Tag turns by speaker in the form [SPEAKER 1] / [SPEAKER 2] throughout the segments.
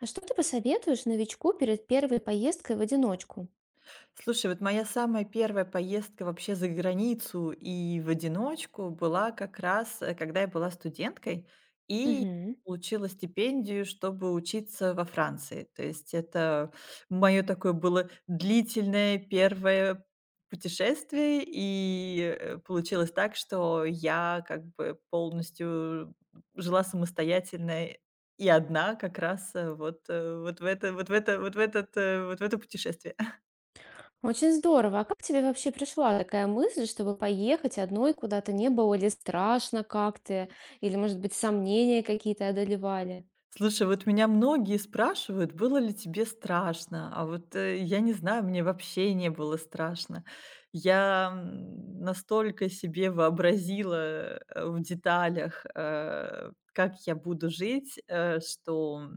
[SPEAKER 1] А что ты посоветуешь новичку перед первой поездкой в одиночку?
[SPEAKER 2] Слушай, вот моя самая первая поездка вообще за границу и в одиночку была как раз, когда я была студенткой и
[SPEAKER 1] Мгм.
[SPEAKER 2] получила стипендию, чтобы учиться во Франции. То есть это мое такое было длительное первое путешествие, и получилось так, что я как бы полностью жила самостоятельно и одна как раз вот в это, вот в этот, э, вот в это путешествие.
[SPEAKER 1] Очень здорово. А как тебе вообще пришла такая мысль, чтобы поехать одной куда-то? Не было ли страшно как-то? Или, может быть, сомнения какие-то одолевали?
[SPEAKER 2] Слушай, вот меня многие спрашивают, было ли тебе страшно, а вот я не знаю, мне вообще не было страшно. Я настолько себе вообразила в деталях, как я буду жить, э, что,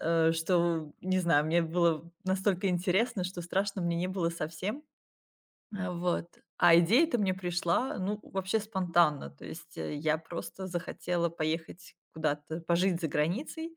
[SPEAKER 2] э, что, не знаю, мне было настолько интересно, что страшно мне не было совсем. А, вот. А идея-то мне пришла, ну, вообще спонтанно. То есть, я просто захотела поехать куда-то пожить за границей.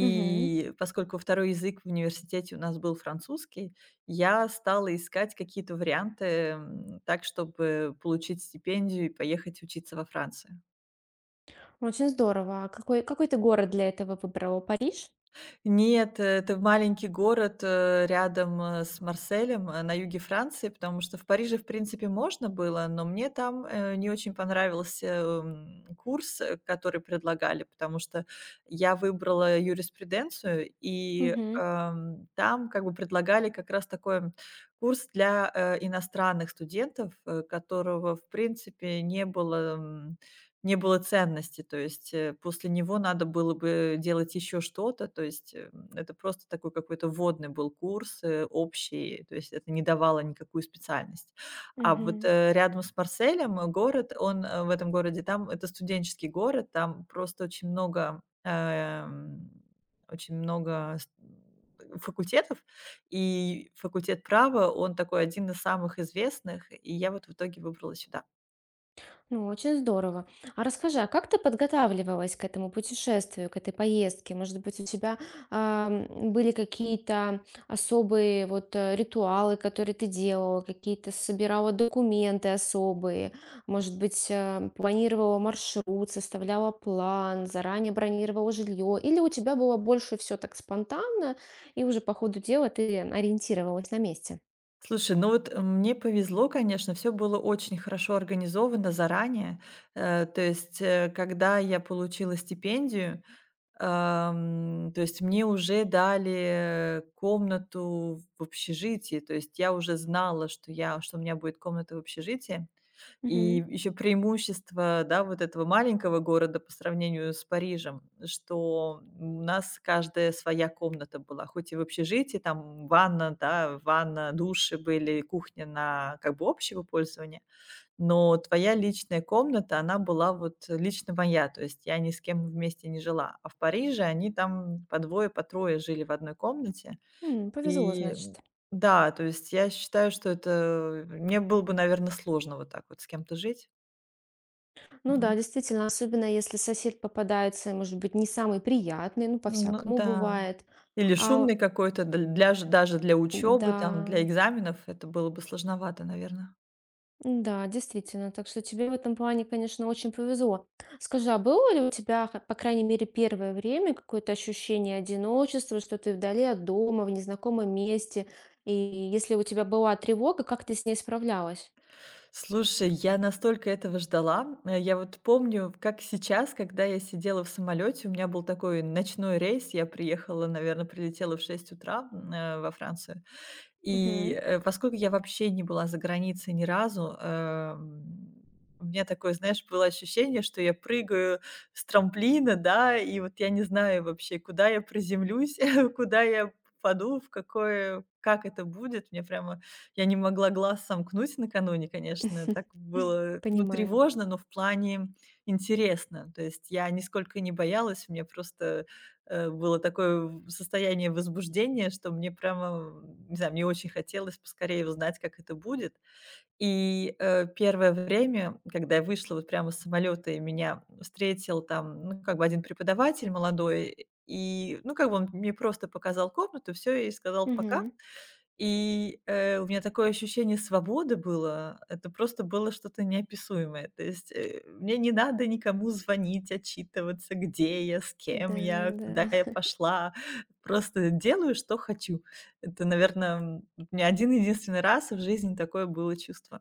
[SPEAKER 1] Мгм.
[SPEAKER 2] поскольку второй язык в университете у нас был французский, я стала искать какие-то варианты, так, чтобы получить стипендию и поехать учиться во Францию.
[SPEAKER 1] Очень здорово. А какой ты город для этого выбрала? Париж?
[SPEAKER 2] Нет, это маленький город, рядом, с Марселем, на юге Франции, потому что в Париже, в принципе, можно было, но мне там, не очень понравился, курс, который предлагали, потому что я выбрала юриспруденцию, и,
[SPEAKER 1] Мгм.
[SPEAKER 2] там как бы предлагали как раз такой, курс для, иностранных студентов, которого, в принципе, не было, не было ценности. То есть, после него надо было бы делать еще что-то. То есть, это просто такой какой-то вводный был курс, общий, то есть это не давало никакую специальность. А вот,
[SPEAKER 1] Мгм.
[SPEAKER 2] рядом с Марселем, в этом городе, там это студенческий город, там просто очень много ст факультетов, и факультет права, он такой один из самых известных, и я вот в итоге выбрала сюда.
[SPEAKER 1] Ну, очень здорово. А расскажи, а как ты подготавливалась к этому путешествию, к этой поездке? Может быть, у тебя были какие-то особые вот ритуалы, которые ты делала, какие-то собирала документы особые, может быть, планировала маршрут, составляла план, заранее бронировала жилье, или у тебя было больше все так спонтанно, и уже по ходу дела ты ориентировалась на месте?
[SPEAKER 2] Слушай, ну вот мне повезло, конечно, все было очень хорошо организовано заранее. То есть, когда я получила стипендию, то есть мне уже дали комнату в общежитии. То есть я уже знала, что у меня будет комната в общежитии.
[SPEAKER 1] Мгм.
[SPEAKER 2] И еще преимущество, да, вот этого маленького города по сравнению с Парижем, что у нас каждая своя комната была, хоть и в общежитии, там ванна, да, ванна, души были, кухня на как бы общего пользования, но твоя личная комната, она была вот лично моя, то есть я ни с кем вместе не жила. А в Париже они там по двое, по трое жили в одной комнате.
[SPEAKER 1] М, повезло,
[SPEAKER 2] И
[SPEAKER 1] значит.
[SPEAKER 2] да, то есть я считаю, что это мне было бы, наверное, сложно вот так вот с кем-то жить.
[SPEAKER 1] Ну да,
[SPEAKER 2] М,
[SPEAKER 1] действительно, особенно если сосед попадается, может быть, не самый приятный, ну,
[SPEAKER 2] ну
[SPEAKER 1] по-всякому
[SPEAKER 2] да.
[SPEAKER 1] бывает.
[SPEAKER 2] Или
[SPEAKER 1] А,
[SPEAKER 2] шумный какой-то, дл для ж даже для учебы там, для
[SPEAKER 1] да,
[SPEAKER 2] экзаменов это было бы сложновато, наверное.
[SPEAKER 1] да, действительно. Так что тебе в этом плане, конечно, очень повезло. Скажи, а было ли у тебя, по крайней мере, первое время какое-то ощущение одиночества, что ты вдали от дома, в незнакомом месте? И если у тебя была тревога, как ты с ней справлялась?
[SPEAKER 2] Слушай, я настолько этого ждала. Я вот помню, как сейчас, когда я сидела в самолете, у меня был такой ночной рейс, я приехала, наверное, прилетела в 6 утра, во Францию. И,
[SPEAKER 1] Мгм.
[SPEAKER 2] поскольку я вообще не была за границей ни разу, у меня такое, знаешь, было ощущение, что я прыгаю с трамплина, да, и вот я не знаю вообще, куда я приземлюсь, куда я попаду, в какое как это будет. Мне прямо Я не могла глаз сомкнуть накануне, конечно. Так было, ну,
[SPEAKER 1] Понимаю.
[SPEAKER 2] тревожно, но в плане интересно. То есть я нисколько не боялась, мне просто было такое в состояние возбуждения, что не знаю, мне очень хотелось поскорее узнать, как это будет. И, первое время, когда я вышла вот прямо с самолета, и меня встретил там, ну, как бы один преподаватель молодой, и, ну, как бы он мне просто показал комнату, все и сказал: "Пока".
[SPEAKER 1] Мгм.
[SPEAKER 2] И, у меня такое ощущение свободы было. Это просто было что-то неописуемое. То есть, мне не надо никому звонить, отчитываться, где я, с
[SPEAKER 1] Да,
[SPEAKER 2] кем я, куда я
[SPEAKER 1] да.
[SPEAKER 2] пошла. Просто делаю, что хочу. Это, наверное, у меня один единственный раз в жизни такое было чувство.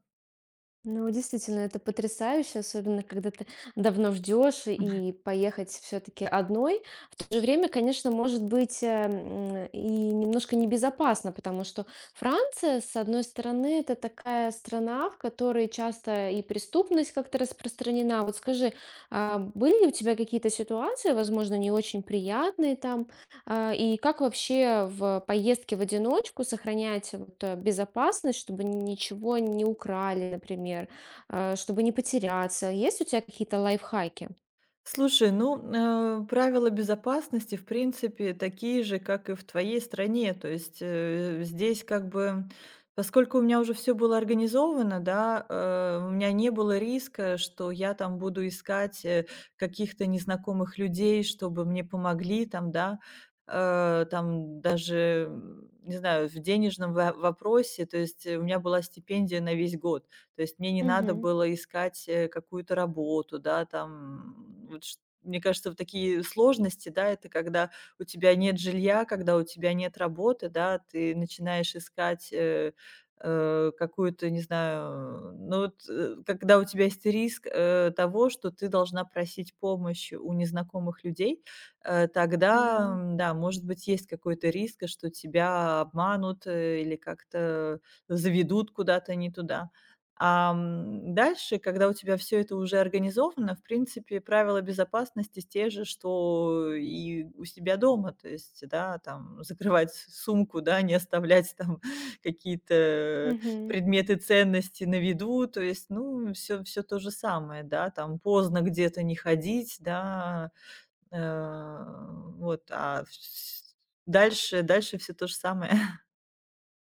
[SPEAKER 1] Ну, действительно, это потрясающе, особенно когда ты давно ждешь и поехать все-таки одной. В то же время, конечно, может быть и немножко небезопасно, потому что Франция, с одной стороны, это такая страна, в которой часто и преступность как-то распространена. Вот скажи, а были ли у тебя какие-то ситуации, возможно, не очень приятные там, и как вообще в поездке в одиночку сохранять безопасность, чтобы ничего не украли, например, чтобы не потеряться? Есть у тебя какие-то лайфхаки?
[SPEAKER 2] Слушай, ну, правила безопасности, в принципе, такие же, как и в твоей стране. То есть, здесь как бы, поскольку у меня уже все было организовано, да, у меня не было риска, что я там буду искать, каких-то незнакомых людей, чтобы мне помогли там, да. Там даже, не знаю, в денежном во вопросе. То есть, у меня была стипендия на весь год. То есть мне не надо
[SPEAKER 1] Мгм.
[SPEAKER 2] было искать, какую-то работу, да, там, вот ш мне кажется, вот такие сложности, да, это когда у тебя нет жилья, когда у тебя нет работы, да, ты начинаешь искать, какую-то, не знаю, ну вот, когда у тебя есть риск, того, что ты должна просить помощи у незнакомых людей,
[SPEAKER 1] Да.
[SPEAKER 2] тогда, да, может быть, есть какой-то риск, что тебя обманут, или как-то заведут куда-то не туда. Дальше, когда у тебя все это уже организовано, в принципе, правила безопасности те же, что и у себя дома. То есть, да, там закрывать с сумку, да, не оставлять там какие-то
[SPEAKER 1] Мгм.
[SPEAKER 2] предметы ценности на виду. То есть, ну, все, все то же самое, да, там поздно где-то не ходить, да, э, вот, а вс дальше дальше все то же самое.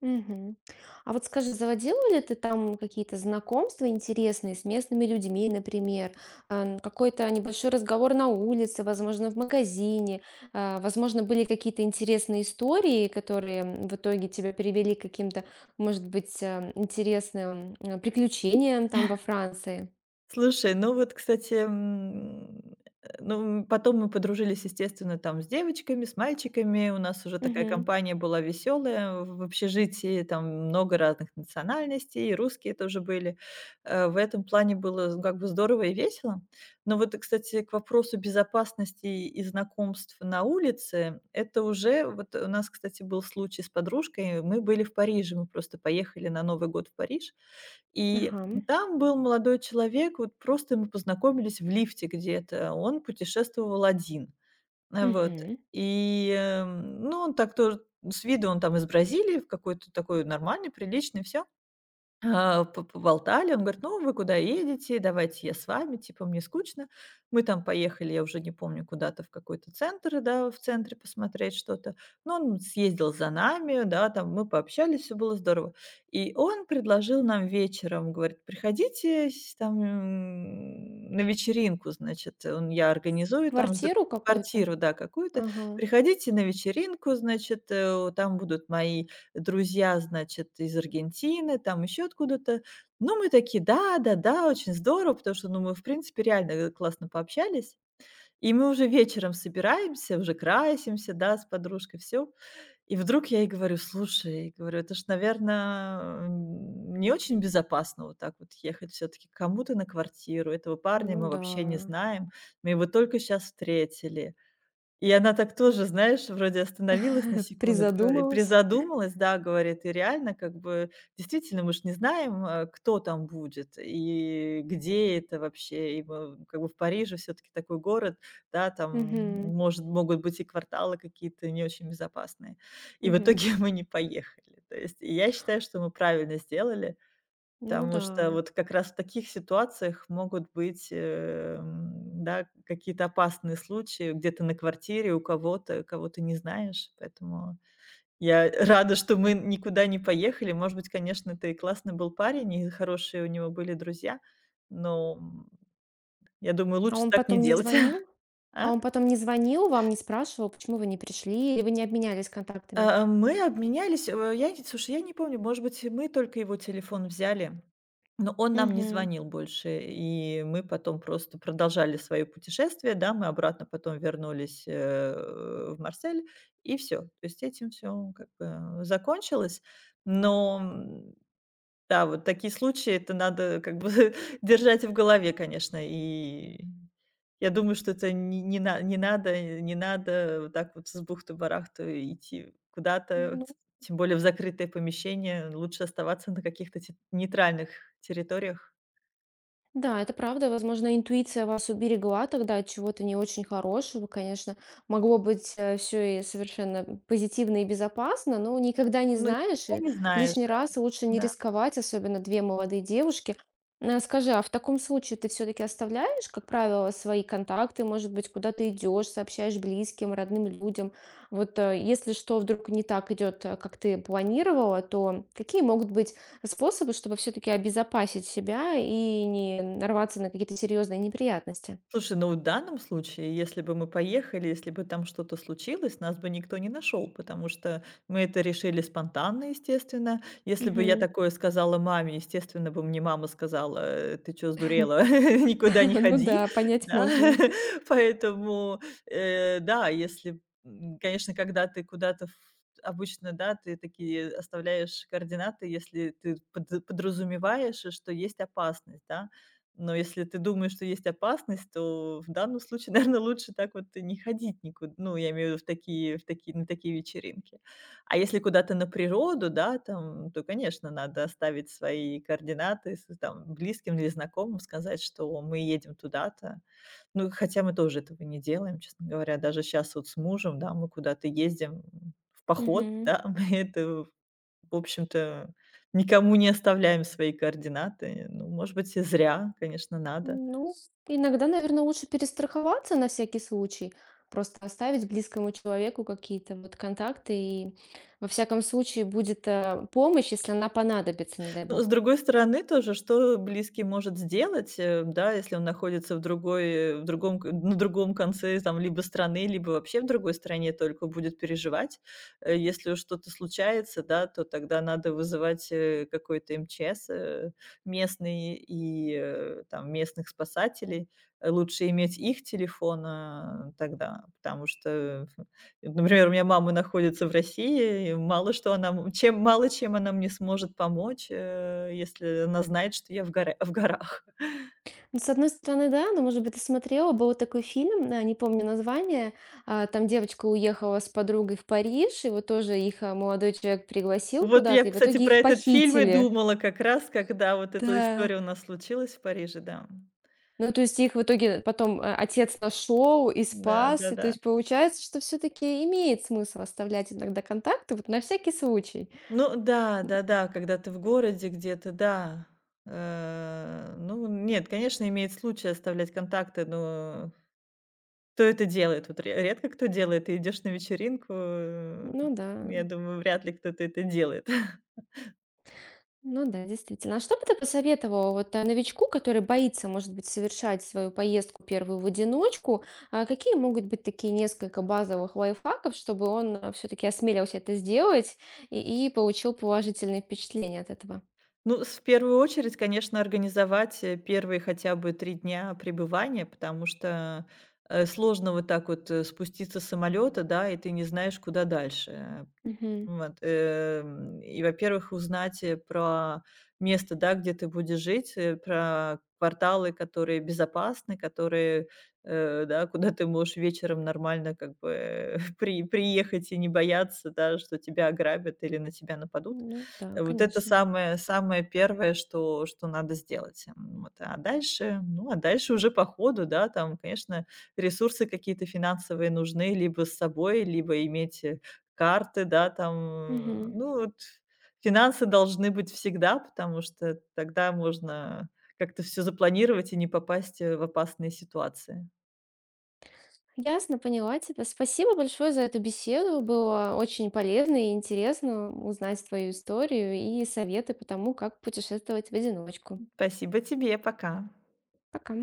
[SPEAKER 1] Мгм. А вот скажи, заводила ли ты там какие-то знакомства интересные с местными людьми, например, какой-то небольшой разговор на улице, возможно, в магазине, возможно, были какие-то интересные истории, которые в итоге тебя привели к каким-то, может быть, интересным приключениям там во Франции?
[SPEAKER 2] Слушай, ну вот, кстати, ну, потом мы подружились, естественно, там с девочками, с мальчиками. У нас уже такая
[SPEAKER 1] Мгм.
[SPEAKER 2] компания была веселая в общежитии, там много разных национальностей, и русские тоже были. В этом плане было как бы здорово и весело. Но вот, кстати, к вопросу безопасности и знакомств на улице, это уже, вот у нас, кстати, был случай с подружкой, мы были в Париже, мы просто поехали на Новый год в Париж, и
[SPEAKER 1] Ага.
[SPEAKER 2] там был молодой человек, вот просто мы познакомились в лифте где-то. Он путешествовал один. А, вот.
[SPEAKER 1] Угу.
[SPEAKER 2] И, ну, он так тоже с виду он там из Бразилии, в какой-то такой нормальный, приличный, все. А, по поболтали. Он говорит: "Ну, вы куда едете? Давайте я с вами, типа, мне скучно". Мы там поехали, я уже не помню, куда-то в какой-то центр, да, в центре посмотреть что-то. Но он съездил за нами, да, там мы пообщались, все было здорово. И он предложил нам вечером, говорит: "Приходите с там, на вечеринку, значит". Он Я организую там с дру
[SPEAKER 1] Квартиру какую-то?
[SPEAKER 2] квартиру, да, какую-то.
[SPEAKER 1] Ага.
[SPEAKER 2] "Приходите на вечеринку, значит, там будут мои друзья, значит, из Аргентины, там еще откуда-то. Ну, мы такие: "Да-да-да, очень здорово", потому что, ну, мы, в принципе, реально, классно пообщались. И мы уже вечером собираемся, уже красимся, да, с подружкой, все. И вдруг я ей говорю: "Слушай,- говорю,- это ж, наверное, не очень безопасно вот так вот ехать все таки к кому-то на квартиру. Этого парня
[SPEAKER 1] Ну
[SPEAKER 2] мы
[SPEAKER 1] да.
[SPEAKER 2] вообще не знаем, мы его только сейчас встретили". И она так тоже, знаешь, вроде остановилась на секунду, говорит,
[SPEAKER 1] Призадумалась.
[SPEAKER 2] призадумалась, да, говорит, и реально, как бы, действительно, мы ж не знаем, кто там будет и где это вообще. И мы, как бы, в Париже все таки такой город, да, там
[SPEAKER 1] Угу.
[SPEAKER 2] может могут быть и кварталы какие-то не очень безопасные. И в
[SPEAKER 1] Мгм.
[SPEAKER 2] итоге мы не поехали. То есть и я считаю, что мы правильно сделали.
[SPEAKER 1] Ну
[SPEAKER 2] Потому
[SPEAKER 1] да.
[SPEAKER 2] что вот как раз в таких ситуациях могут быть, да, какие-то опасные случаи где-то на квартире у кого-то, кого ты не знаешь. Поэтому я рада, что мы никуда не поехали. Может быть, конечно, ты классный был парень, и хорошие у него были друзья, но, я думаю,
[SPEAKER 1] А
[SPEAKER 2] лучше
[SPEAKER 1] он
[SPEAKER 2] так не
[SPEAKER 1] потом не
[SPEAKER 2] делать.
[SPEAKER 1] звонил? А
[SPEAKER 2] А?
[SPEAKER 1] он потом не звонил вам, не спрашивал, почему вы не пришли, или вы не обменялись контактами?
[SPEAKER 2] Мы обменялись, я не слушай, я не помню, может быть, мы только его телефон взяли, но он нам не
[SPEAKER 1] Мгм.
[SPEAKER 2] звонил больше, и мы потом просто продолжали свое путешествие, да. Мы обратно потом вернулись, в Марсель, и все, то есть этим все как бы закончилось. Но, да, вот такие случаи, это надо как бы держать в голове, конечно. И я думаю, что это не не на не надо э, не надо вот так вот с бухты-барахты идти куда-то,
[SPEAKER 1] Ну
[SPEAKER 2] т тем более в закрытое помещение. Лучше оставаться на каких-то те нейтральных территориях.
[SPEAKER 1] да, это правда. Возможно, интуиция вас уберегла тогда от чего-то не очень хорошего. Конечно, могло быть все и совершенно позитивно и безопасно, но никогда не
[SPEAKER 2] Ну,
[SPEAKER 1] знаешь,
[SPEAKER 2] никогда
[SPEAKER 1] и
[SPEAKER 2] не знаешь,
[SPEAKER 1] лишний раз лучше не
[SPEAKER 2] да.
[SPEAKER 1] рисковать, особенно две молодые девушки. А скажи, а в таком случае ты все-таки оставляешь, как правило, свои контакты, может быть, куда ты идешь, сообщаешь близким, родным людям? Если что вдруг не так идет, как ты планировала, то какие могут быть способы, чтобы все-таки обезопасить себя и не нарваться на какие-то серьезные неприятности.
[SPEAKER 2] Слушай, ну, в данном случае, если бы мы поехали, если бы там что-то случилось, нас бы никто не нашел, потому что мы это решили спонтанно, естественно. Если бы я
[SPEAKER 1] Мгм.
[SPEAKER 2] такое сказала маме, естественно, бы мне мама сказала: Ты чё, сдурела? Никуда не
[SPEAKER 1] Ну
[SPEAKER 2] ходи".
[SPEAKER 1] да, понять
[SPEAKER 2] Да,
[SPEAKER 1] можно.
[SPEAKER 2] поэтому, да, если, конечно, когда ты куда-то ф обычно, да, ты такие оставляешь координаты, если ты подразумеваешь, что есть опасность, да. Но если ты думаешь, что есть опасность, то в данном случае, наверное, лучше так вот и не ходить никуда. Ну, я имею в виду в такие на такие вечеринки. А если куда-то на природу, да, там, то, конечно, надо оставить свои координаты с там близким или знакомым, сказать, что мы едем туда-то. Ну, хотя мы тоже этого не делаем, честно говоря. Даже сейчас вот с мужем, да, мы куда-то ездим в поход,
[SPEAKER 1] Мгм.
[SPEAKER 2] да, мы это в общем-то, никому не оставляем свои координаты. Ну, может быть, и зря, конечно, надо.
[SPEAKER 1] Ну, иногда, наверное, лучше перестраховаться на всякий случай, просто оставить близкому человеку какие-то вот контакты, и во всяком случае будет помощь, если она понадобится, не дай
[SPEAKER 2] Но, с
[SPEAKER 1] бог.
[SPEAKER 2] другой стороны, тоже, что близкий может сделать, да, если он находится в другой, на другом конце там либо страны, либо вообще в другой стране, только будет переживать. Если уж что-то случается, да, то тогда надо вызывать какой-то МЧС местный и там местных спасателей. Лучше иметь их телефон тогда, потому что например, у меня мама находится в России, и мало что она м чем мало чем она мне сможет помочь, если она знает, что я в горах.
[SPEAKER 1] Ну, с одной стороны, да, но, может быть, ты смотрела, был такой фильм, не помню название, там девочка уехала с подругой в Париж, и вот тоже их молодой человек пригласил
[SPEAKER 2] Вот я,
[SPEAKER 1] куда-то, и в
[SPEAKER 2] кстати,
[SPEAKER 1] итоге
[SPEAKER 2] про
[SPEAKER 1] их
[SPEAKER 2] этот фильм и
[SPEAKER 1] похитили.
[SPEAKER 2] думала как раз, когда вот эта
[SPEAKER 1] Да.
[SPEAKER 2] история у нас случилась в Париже, да.
[SPEAKER 1] Ну, то есть их в итоге потом отец нашел и спас, и то
[SPEAKER 2] Да-да-да.
[SPEAKER 1] есть получается, что все-таки имеет смысл оставлять иногда контакты, вот на всякий случай.
[SPEAKER 2] Ну да, да-да, когда ты в городе где-то, да. Ну нет, конечно, имеет случай оставлять контакты, но кто это делает? Вот ре редко кто делает. Ты идешь на вечеринку,
[SPEAKER 1] Ну да.
[SPEAKER 2] я думаю, вряд ли кто-то это делает.
[SPEAKER 1] Ну да, действительно. А что бы ты посоветовала новичку, который боится, может быть, совершать свою поездку первую в одиночку? А какие могут быть такие несколько базовых лайфхаков, чтобы он все-таки осмелился это сделать и получил положительные впечатления от этого?
[SPEAKER 2] Ну, с в первую очередь, конечно, организовать, первые хотя бы 3 дня пребывания, потому что, сложно вот так вот, спуститься с самолета, да, и ты не знаешь, куда дальше.
[SPEAKER 1] Мгм.
[SPEAKER 2] Вот, и, во-первых, узнать, про место, да, где ты будешь жить, про кварталы, которые безопасны, которые, да, куда ты можешь вечером нормально как бы приехать и не бояться, да, что тебя ограбят или на тебя нападут.
[SPEAKER 1] Ну да,
[SPEAKER 2] Вот это
[SPEAKER 1] конечно.
[SPEAKER 2] самое самое первое, что что надо сделать. Вот, а дальше ну, а дальше уже по ходу, да, там, конечно, ресурсы какие-то финансовые нужны либо с собой, либо иметь, карты, да, там,
[SPEAKER 1] Мгм.
[SPEAKER 2] ну, вот финансы должны быть всегда, потому что тогда можно как-то все запланировать и не попасть, в опасные ситуации.
[SPEAKER 1] Ясно, поняла тебя. Спасибо большое за эту беседу. Было очень полезно и интересно узнать твою историю и советы по тому, как путешествовать в одиночку.
[SPEAKER 2] Спасибо тебе, пока.
[SPEAKER 1] Пока.